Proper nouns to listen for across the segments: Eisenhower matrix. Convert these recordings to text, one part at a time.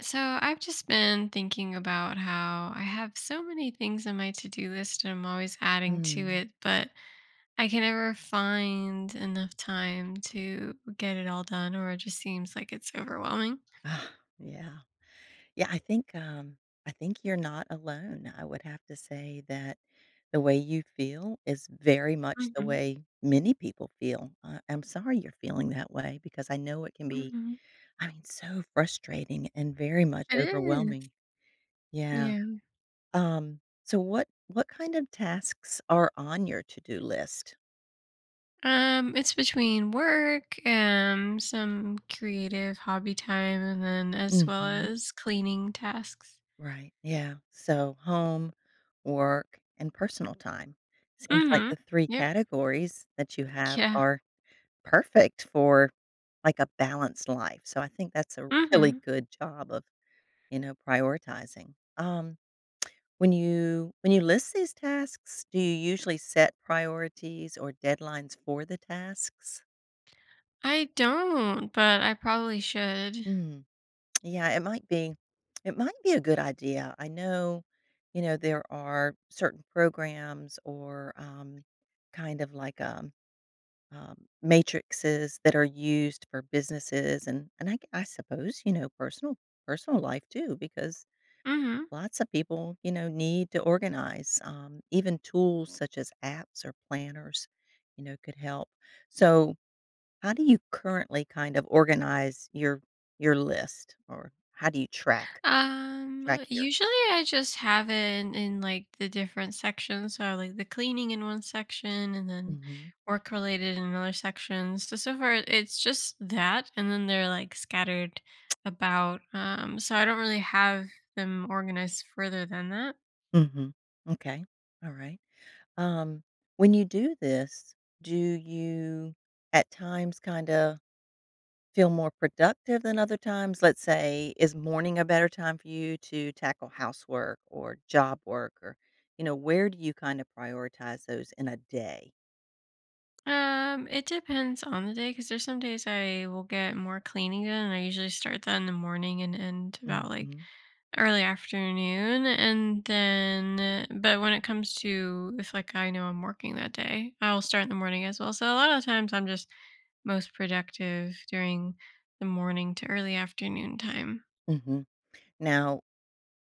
So I've just been thinking about how I have so many things on my to-do list and I'm always adding to Mm. it, but I can never find enough time to get it all done, or it just seems like it's overwhelming. Ah, yeah. Yeah, I think you're not alone. I would have to say that the way you feel is very much the Mhm, way many people feel. I'm sorry you're feeling that way because I know it can be, mhm. I mean, so frustrating and very much It is. overwhelming. Yeah. Yeah. So what kind of tasks are on your to-do list? It's between work and some creative hobby time and then as well Mhm. as cleaning tasks. Right. Yeah. So home, work, and personal time. Seems like Mm-hmm. the three Yep. categories that you have Yeah. are perfect for like a balanced life. So I think that's a really Mm-hmm. good job of prioritizing. When you when you list these tasks, do you usually set priorities or deadlines for the tasks? I don't, but I probably should. Hmm. Yeah, it might be. It might be a good idea. I know there are certain programs or kind of like matrices that are used for businesses, and I suppose personal life too, because Mhm. lots of people need to organize. Even tools such as apps or planners could help. So, how do you currently kind of organize your list, or how do you Track here. Usually I just have it in like the different sections. So I have, like the cleaning in one section and then Mhm. work related in another section. So so far it's just that and then they're like scattered about. So I don't really have them organized further than that. Mhm. Okay. All right. Um, when you do this, do you at times kinda feel more productive than other times? Let's say, is morning a better time for you to tackle housework or job work or where do you kinda prioritize those in a day? It depends on the day because there's some days I will get more cleaning done and I usually start that in the morning and end Mm. about like Mhm. early afternoon, and then but when it comes to if, like, I know I'm working that day, I'll start in the morning as well. So a lot of times I'm just most productive during the morning to early afternoon time. Mhm. Now,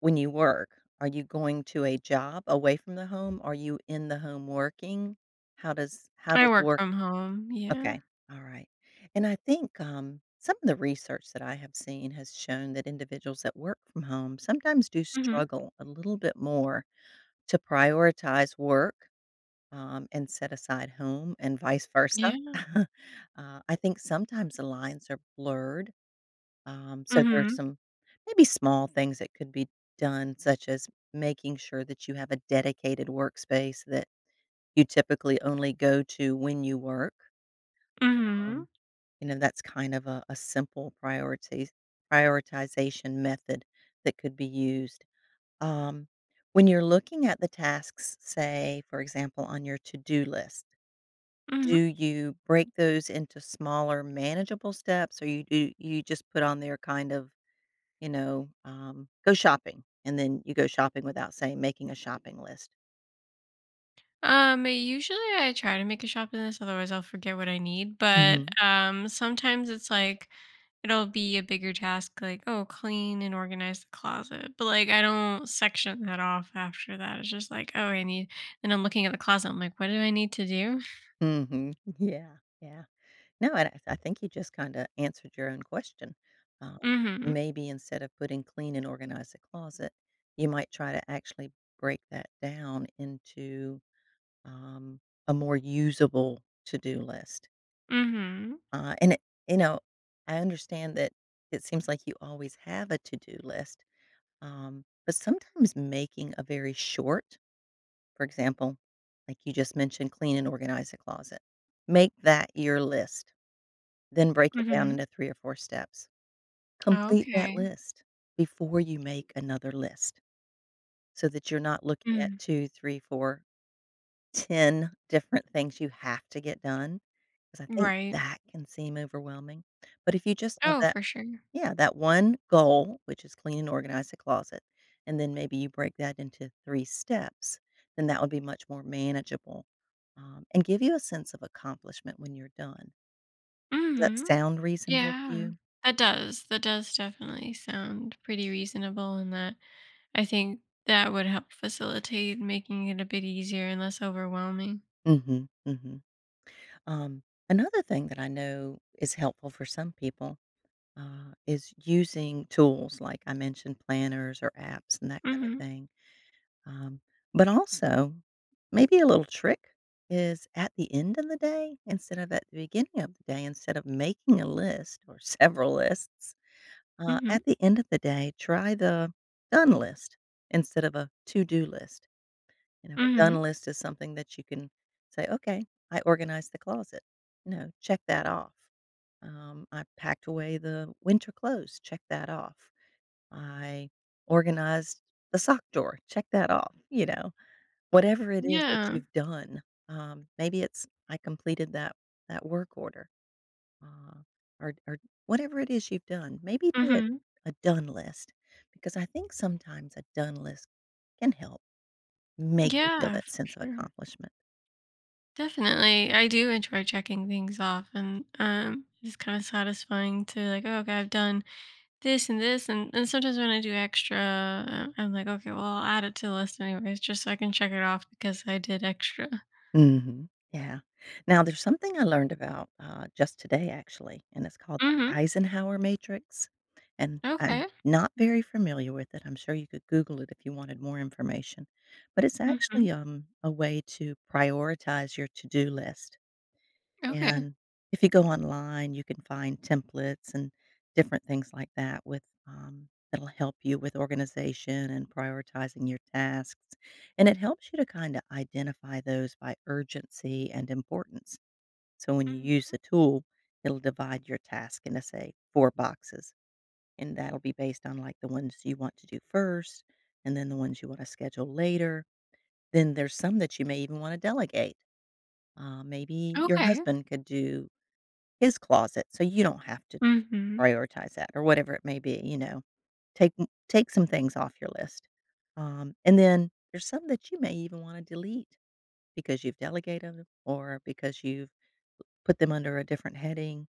when you work, are you going to a job away from the home? Are you in the home working? How does how I does work work. from home, yeah. Okay. All right. And I think some of the research that I have seen has shown that individuals that work from home sometimes do Mhm. struggle a little bit more to prioritize work, and set aside home and vice versa. Yeah. I think sometimes the lines are blurred. So there are Mhm. some maybe small things that could be done, such as making sure that you have a dedicated workspace that you typically only go to when you work Mhm. um, that's kind of a simple priorities prioritization method that could be used. Um, when you're looking at the tasks, say, for example, on your to do list, do Mhm. you break those into smaller, manageable steps, or you do you just put on there kind of, go shopping, and then you go shopping without saying making a shopping list? Usually I try to make a shopping list, otherwise I'll forget what I need. But hmm sometimes it's like it'll be a bigger task, like oh, clean and organize the closet. But like I don't section that off after that. It's just like oh, I need, and I'm looking at the closet. I'm like, what do I need to do? hmm Yeah, yeah. No, I think you just kinda answered your own question. Um, Mm-hmm. maybe instead of putting clean and organize the closet, you might try to actually break that down into, um, a more usable to-do list. Mm-hmm. And you know, I understand that it seems like you always have a to-do list, but sometimes making a very short for example, like you just mentioned, clean and organize the closet. Make that your list. Then break it down Mm-hmm. into 3 or 4 steps. Complete Okay. that list before you make another list so that you're not looking at Mm. 2, 3, 4, 10 different things you have to get done, because I think Right. that can seem overwhelming. But if you just have Oh, that for sure. yeah, that one goal, which is clean and organize the closet, and then maybe you break that into 3 steps, then that would be much more manageable, and give you a sense of accomplishment when you're done. Does that Mm-hmm. sound reasonable to Yeah. you? That does. That does definitely sound pretty reasonable in that I think that would help facilitate making it a bit easier and less overwhelming. Mhm, mhm. Um, another thing that I know is helpful for some people is using tools like I mentioned, planners or apps and that kind of Mhm. thing. Um, but also, maybe a little trick is at the end of the day, instead of at the beginning of the day, instead of making a list or several lists, Mhm. at the end of the day, try the done list instead of a to do list. You know, a done Mhm. list is something that you can say, "Okay, I organized the closet." You know, check that off. I packed away the winter clothes. Check that off. I organized the sock drawer. Check that off. You know, whatever it is that Yeah. you've done. Maybe it's I completed that work order, uh, or whatever it is you've done. Maybe do Mhm. a done list because I think sometimes a done list can help make you feel Yeah, that for sense of sure. accomplishment. Definitely. I do enjoy checking things off, and it's kind of satisfying to like, oh, okay, I've done this and this, and sometimes when I do extra, I'm like, okay, well, I'll add it to the list anyways just so I can check it off because I did extra. Mhm. Yeah. Now there's something I learned about, just today actually, and it's called the Mhm. Eisenhower matrix, and I'm Okay. not very familiar with it. I'm sure you could Google it if you wanted more information, but it's Mhm. actually a way to prioritize your to-do list. Okay. And if you go online, you can find templates and different things like that with that'll help you with organization and prioritizing your tasks. And it helps you to kind of identify those by urgency and importance. So when you use Mhm. the tool, it'll divide your task into say four boxes, and that'll be based on like the ones you want to do first, and then the ones you want to schedule later. Then there's some that you may even want to delegate. Maybe your Okay. husband could do his closet, so you don't have to Mhm. prioritize that or whatever it may be, you know? Take m take some things off your list. And then there's some that you may even wanna delete because you've delegated 'em or because you've put them under a different heading,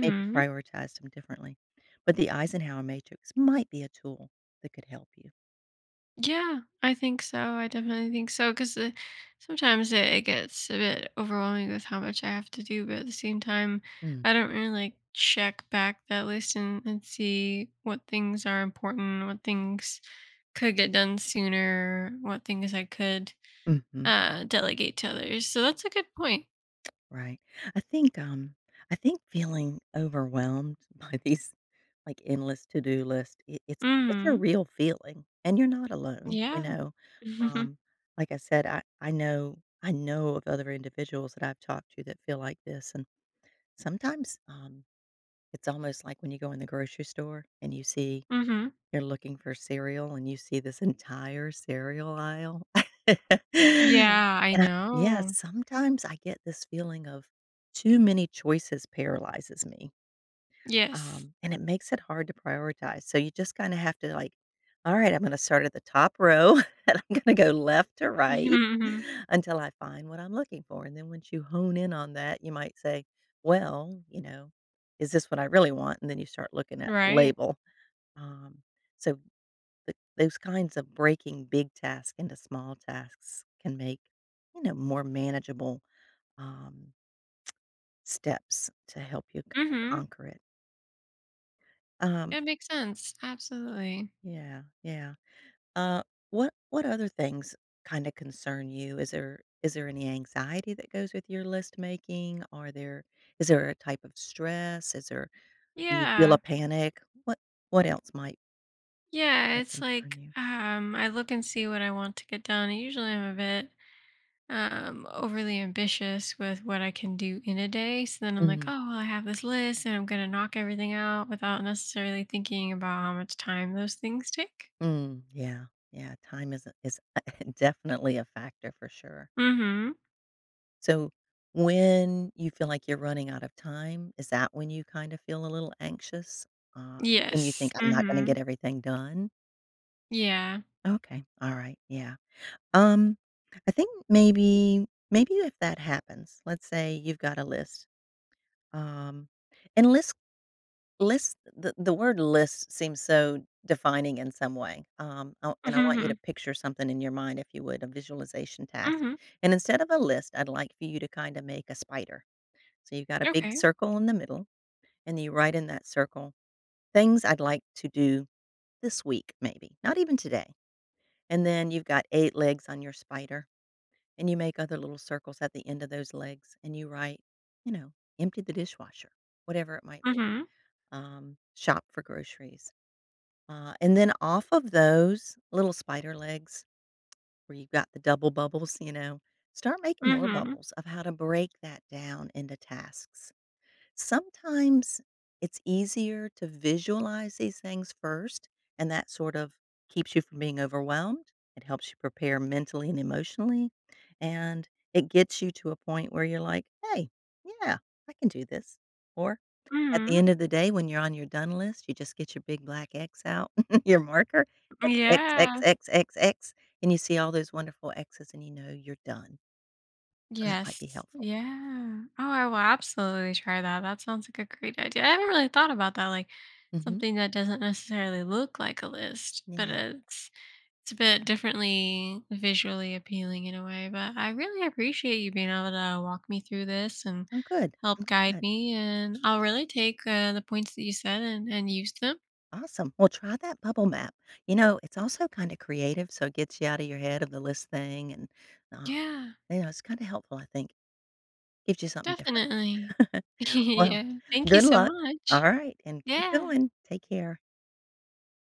maybe prioritized them differently. But the Eisenhower matrix might be a tool that could help you. Yeah, I think so. I definitely think so because sometimes it gets a bit overwhelming with how much I have to do, but at the same time, Mm. I don't really like check back that list and see what things are important, what things could get done sooner, what things I could Mhm. Delegate to others. So that's a good point. Right. I think, um, I think feeling overwhelmed by these like, endless to-do list. It's a Hmm. real feeling, and you're not alone, you Yeah. know? Um, like I said, I know of other individuals that I've talked to that feel like this, and sometimes, it's almost like when you go in the grocery store and Hmm. you're looking for cereal and you see this entire cereal aisle. Yeah, I And I yeah, know. sometimes I get this feeling of too many choices paralyzes me. Yes. And it makes it hard to prioritize. So you just kinda have to, like, "All right, I'm gonna start at the top row, and I'm gonna go left to right until I find what I'm looking for." And then once you hone in on that, you might say, "Well, you know, is this what I really want?" And then you start looking at the Right. label. Um, so th those kinds of breaking big tasks into small tasks can make more manageable, um, steps to help you kinda Hmm. conquer it. Um It makes sense. Absolutely. Yeah, yeah. Uh, what other things kinda concern you? Is there any anxiety that goes with your list making? Are there is there a type of stress? Is there you feel a Yeah. panic? What else might Yeah. might It's concern like you? I look and see what I want to get done. And Usually I'm a bit overly ambitious with what I can do in a day. So then I'm like, Mhm. oh, well, I have this list and I'm going to knock everything out without necessarily thinking about how much time those things take. Mm, yeah, yeah, time is definitely a factor for sure. Mm hmm. So, when you feel like you're running out of time, is that when you kinda feel a little anxious? Uh, and you Yes. think, "I'm Mm not gonna hmm. get everything done?" Yeah. Okay, alright, yeah. Um, I think maybe if that happens, let's say you've got a list. Um, and list the word list seems so defining in some way. Um, I- Mm and I want you hmm. to picture something in your mind, if you would, a visualization Mm task. hmm. And instead of a list, I'd like for you to kind of make a spider. So you've got a big Okay. circle in the middle, and you write in that circle things I'd like to do this week, maybe not even today. And then you've got 8 legs on your spider. And you make other little circles at the end of those legs and you write, you know, empty the dishwasher, whatever it might Mm be, hmm. um, shop for groceries. And then off of those little spider legs where you've got the double bubbles, start making Mm more hmm. bubbles of how to break that down into tasks. Sometimes it's easier to visualize these things first, and that sort of keeps you from being overwhelmed. It helps you prepare mentally and emotionally, and it gets you to a point where you're like, hey, yeah, I can do this. Or at the Mm end of the day, when you're on your done list, you just get your big black X out, your marker, hmm. X, X, Yeah. X, X, X, and you see all those wonderful X's and you know you're done. So that might be Yes. helpful. Yeah. Oh, I will absolutely try that. That sounds like a great idea. I haven't really thought about that. Like Hmm. something that doesn't necessarily look like a list, Yeah. but it's a bit differently visually appealing in a way. But I really appreciate you being able to walk me through this and Oh, good. help guide Good. me. And I'll really take the points that you said and use them. Awesome. Well, try that bubble map. You know, it's also kind of creative, so it gets you out of your head of the list thing, and uh, Yeah, it's kind of helpful. I think gives you something different. definitely. Well, Yeah. Thank you good so luck. All much. right, and keep Yeah. going. Take care.